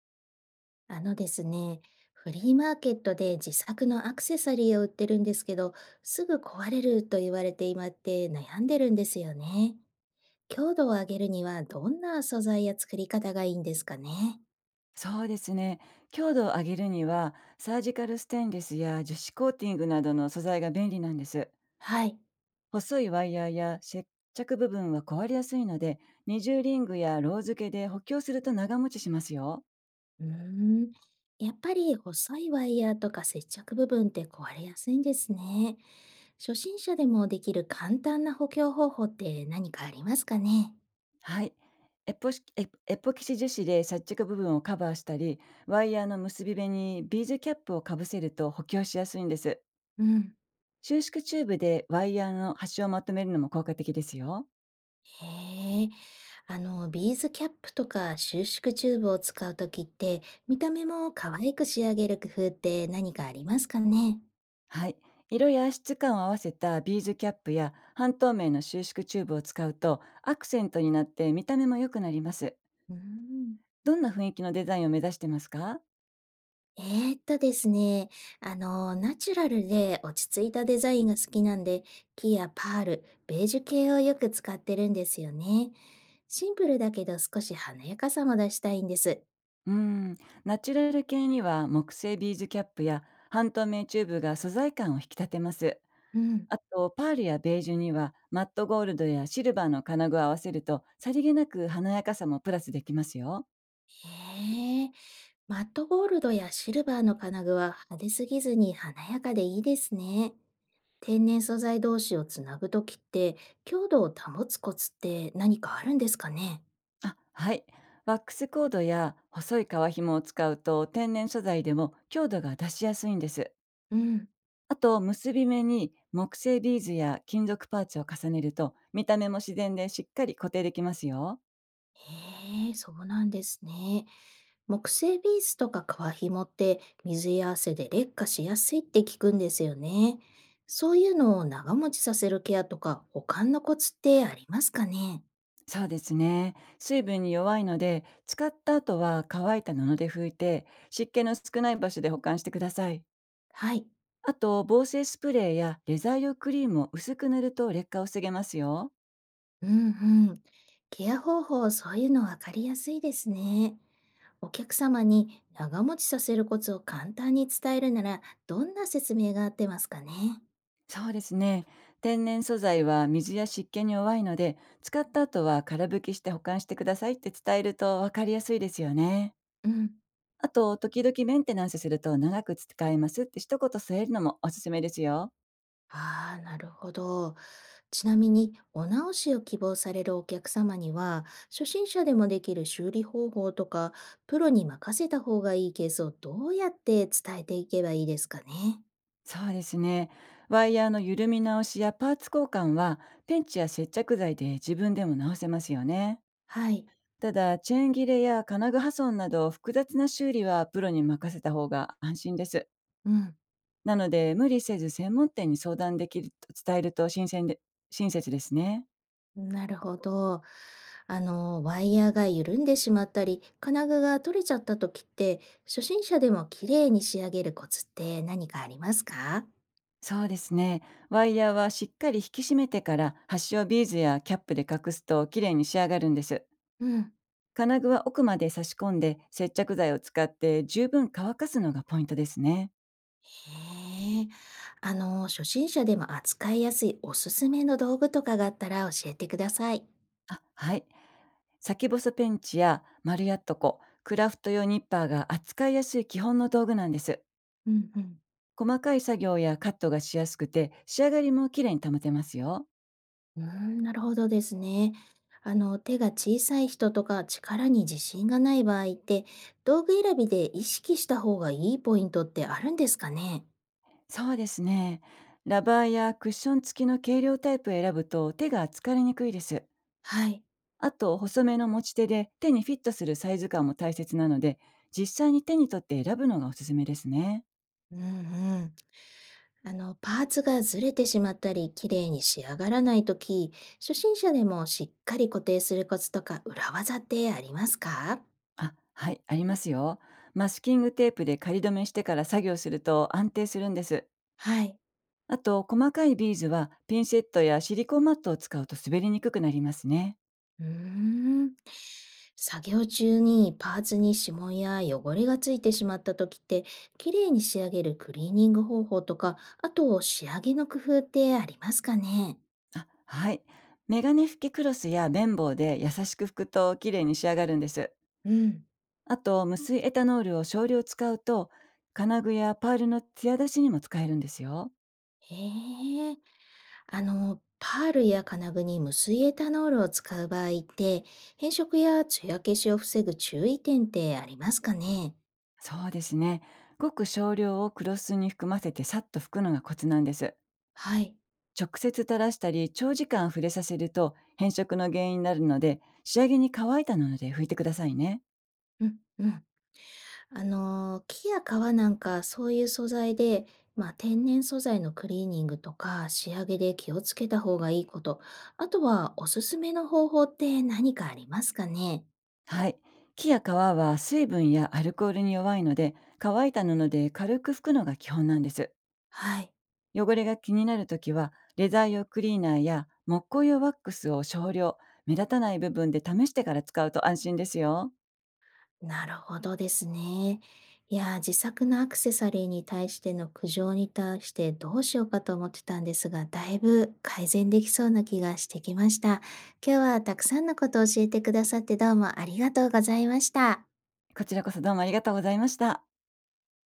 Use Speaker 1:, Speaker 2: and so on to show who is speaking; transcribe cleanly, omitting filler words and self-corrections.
Speaker 1: あのですね、フリーマーケットで自作のアクセサリーを売ってるんですけど、すぐ壊れると言われて今って悩んでるんですよね。強度を上げるにはどんな素材や作り方がいいんですかね。
Speaker 2: そうですね。強度を上げるには、サージカルステンレスや樹脂コーティングなどの素材が便利なんです。
Speaker 1: はい。
Speaker 2: 細いワイヤーや接着部分は壊れやすいので、二重リングやロー付けで補強すると長持ちしますよ。
Speaker 1: うーん。やっぱり細いワイヤーとか接着部分って壊れやすいんですね。初心者でもできる簡単な補強方法って何かありますかね。
Speaker 2: はい。エポキシ樹脂で接着部分をカバーしたり、ワイヤーの結び目にビーズキャップをかぶせると補強しやすいんです。
Speaker 1: うん。
Speaker 2: 収縮チューブでワイヤーの端をまとめるのも効果的ですよ。
Speaker 1: へえ、ビーズキャップとか収縮チューブを使うときって、見た目も可愛く仕上げる工夫って何かありますかね。
Speaker 2: はい。色や質感を合わせたビーズキャップや半透明の収縮チューブを使うとアクセントになって見た目も良くなります。
Speaker 1: うーん。
Speaker 2: どんな雰囲気のデザインを目指してますか？
Speaker 1: えーっとですね、ナチュラルで落ち着いたデザインが好きなんで、木やパール、ベージュ系をよく使ってるんですよね。シンプルだけど少し華やかさも出したいんです。
Speaker 2: うーん、ナチュラル系には木製ビーズキャップや半透明チューブが素材感を引き立てます。
Speaker 1: うん。
Speaker 2: あと、パールやベージュにはマットゴールドやシルバーの金具を合わせるとさりげなく華やかさもプラスできますよ。
Speaker 1: へえ、マットゴールドやシルバーの金具は派手すぎずに華やかでいいですね。天然素材同士をつなぐときって、強度を保つコツって何かあるんですかね。
Speaker 2: あ、はい。ワックスコードや細い革紐を使うと天然素材でも強度が出しやすいんです。
Speaker 1: うん、
Speaker 2: あと、結び目に木製ビーズや金属パーツを重ねると見た目も自然でしっかり固定できますよ。
Speaker 1: へえ、そうなんですね。木製ビースとか革紐って水や汗で劣化しやすいって聞くんですよね。そういうのを長持ちさせるケアとか保管のコツってありますかね。
Speaker 2: そうですね。水分に弱いので、使った後は乾いた布で拭いて湿気の少ない場所で保管してください。
Speaker 1: はい。
Speaker 2: あと、防水スプレーやレザー用クリームを薄く塗ると劣化を防げますよ。
Speaker 1: うんうん。ケア方法、そういうの分かりやすいですね。お客様に長持ちさせるコツを簡単に伝えるなら、どんな説明が合ってますかね。
Speaker 2: そうですね。天然素材は水や湿気に弱いので、使った後は空拭きして保管してくださいって伝えると分かりやすいですよね。
Speaker 1: うん。
Speaker 2: あと、時々メンテナンスすると長く使えますって一言添えるのもおすすめですよ。
Speaker 1: ああ、なるほど。ちなみに、お直しを希望されるお客様には、初心者でもできる修理方法とか、プロに任せた方がいいケースをどうやって伝えていけばいいですかね。
Speaker 2: そうですね。ワイヤーの緩み直しやパーツ交換は、ペンチや接着剤で自分でも直せますよね。
Speaker 1: はい。
Speaker 2: ただ、チェーン切れや金具破損など複雑な修理はプロに任せた方が安心です。
Speaker 1: うん。
Speaker 2: なので、無理せず専門店に相談できると伝えると新鮮で親切ですね。
Speaker 1: なるほど。ワイヤーが緩んでしまったり、金具が取れちゃった時って、初心者でも綺麗に仕上げるコツって何かありますか。
Speaker 2: そうですね。ワイヤーはしっかり引き締めてから端をビーズやキャップで隠すと綺麗に仕上がるんです。
Speaker 1: うん。
Speaker 2: 金具は奥まで差し込んで接着剤を使って十分乾かすのがポイントですね。
Speaker 1: へえ。初心者でも扱いやすいおすすめの道具とかがあったら教えてください。
Speaker 2: あ、はい。先細ペンチや丸やっとこ、クラフト用ニッパーが扱いやすい基本の道具なんです。
Speaker 1: うんうん。
Speaker 2: 細かい作業やカットがしやすくて仕上がりも綺麗に保てますよ。
Speaker 1: うーん、なるほどですね。手が小さい人とか力に自信がない場合って、道具選びで意識した方がいいポイントってあるんですかね。
Speaker 2: そうですね。ラバーやクッション付きの軽量タイプを選ぶと手が疲れにくいです。
Speaker 1: はい。
Speaker 2: あと、細めの持ち手で手にフィットするサイズ感も大切なので、実際に手に取って選ぶのがおすすめですね。
Speaker 1: うんうん。パーツがずれてしまったり、綺麗に仕上がらないとき、初心者でもしっかり固定するコツとか裏技ってありますか。
Speaker 2: あ、はい、ありますよ。マスキングテープで仮止めしてから作業すると安定するんです。
Speaker 1: はい。
Speaker 2: あと、細かいビーズはピンセットやシリコンマットを使うと滑りにくくなりますね。
Speaker 1: うーん。作業中にパーツに指紋や汚れがついてしまったときって、綺麗に仕上げるクリーニング方法とか、あと仕上げの工夫ってありますかね。
Speaker 2: あ、はい。メガネ拭きクロスや綿棒で優しく拭くと綺麗に仕上がるんです。
Speaker 1: うん。
Speaker 2: あと、無水エタノールを少量使うと、金具やパールの艶出しにも使えるんですよ。
Speaker 1: へえ。パールや金具に無水エタノールを使う場合って、変色や艶消しを防ぐ注意点ってありますかね。
Speaker 2: そうですね。ごく少量をクロスに含ませてさっと拭くのがコツなんです。
Speaker 1: はい。
Speaker 2: 直接垂らしたり、長時間触れさせると変色の原因になるので、仕上げに乾いた布で拭いてくださいね。
Speaker 1: うん、うん。木や革なんかそういう素材で、まあ、天然素材のクリーニングとか仕上げで気をつけた方がいいこと、あとはおすすめの方法って何かありますかね。
Speaker 2: はい。木や皮は水分やアルコールに弱いので、乾いた布で軽く拭くのが基本なんです。
Speaker 1: はい。
Speaker 2: 汚れが気になるときは、レザー用クリーナーや木工用ワックスを少量、目立たない部分で試してから使うと安心ですよ。
Speaker 1: なるほどですね。いやー、自作のアクセサリーに対しての苦情に対してどうしようかと思ってたんですが、だいぶ改善できそうな気がしてきました。今日はたくさんのことを教えてくださってどうもありがとうございました。
Speaker 2: こちらこそどうもありがとうございました。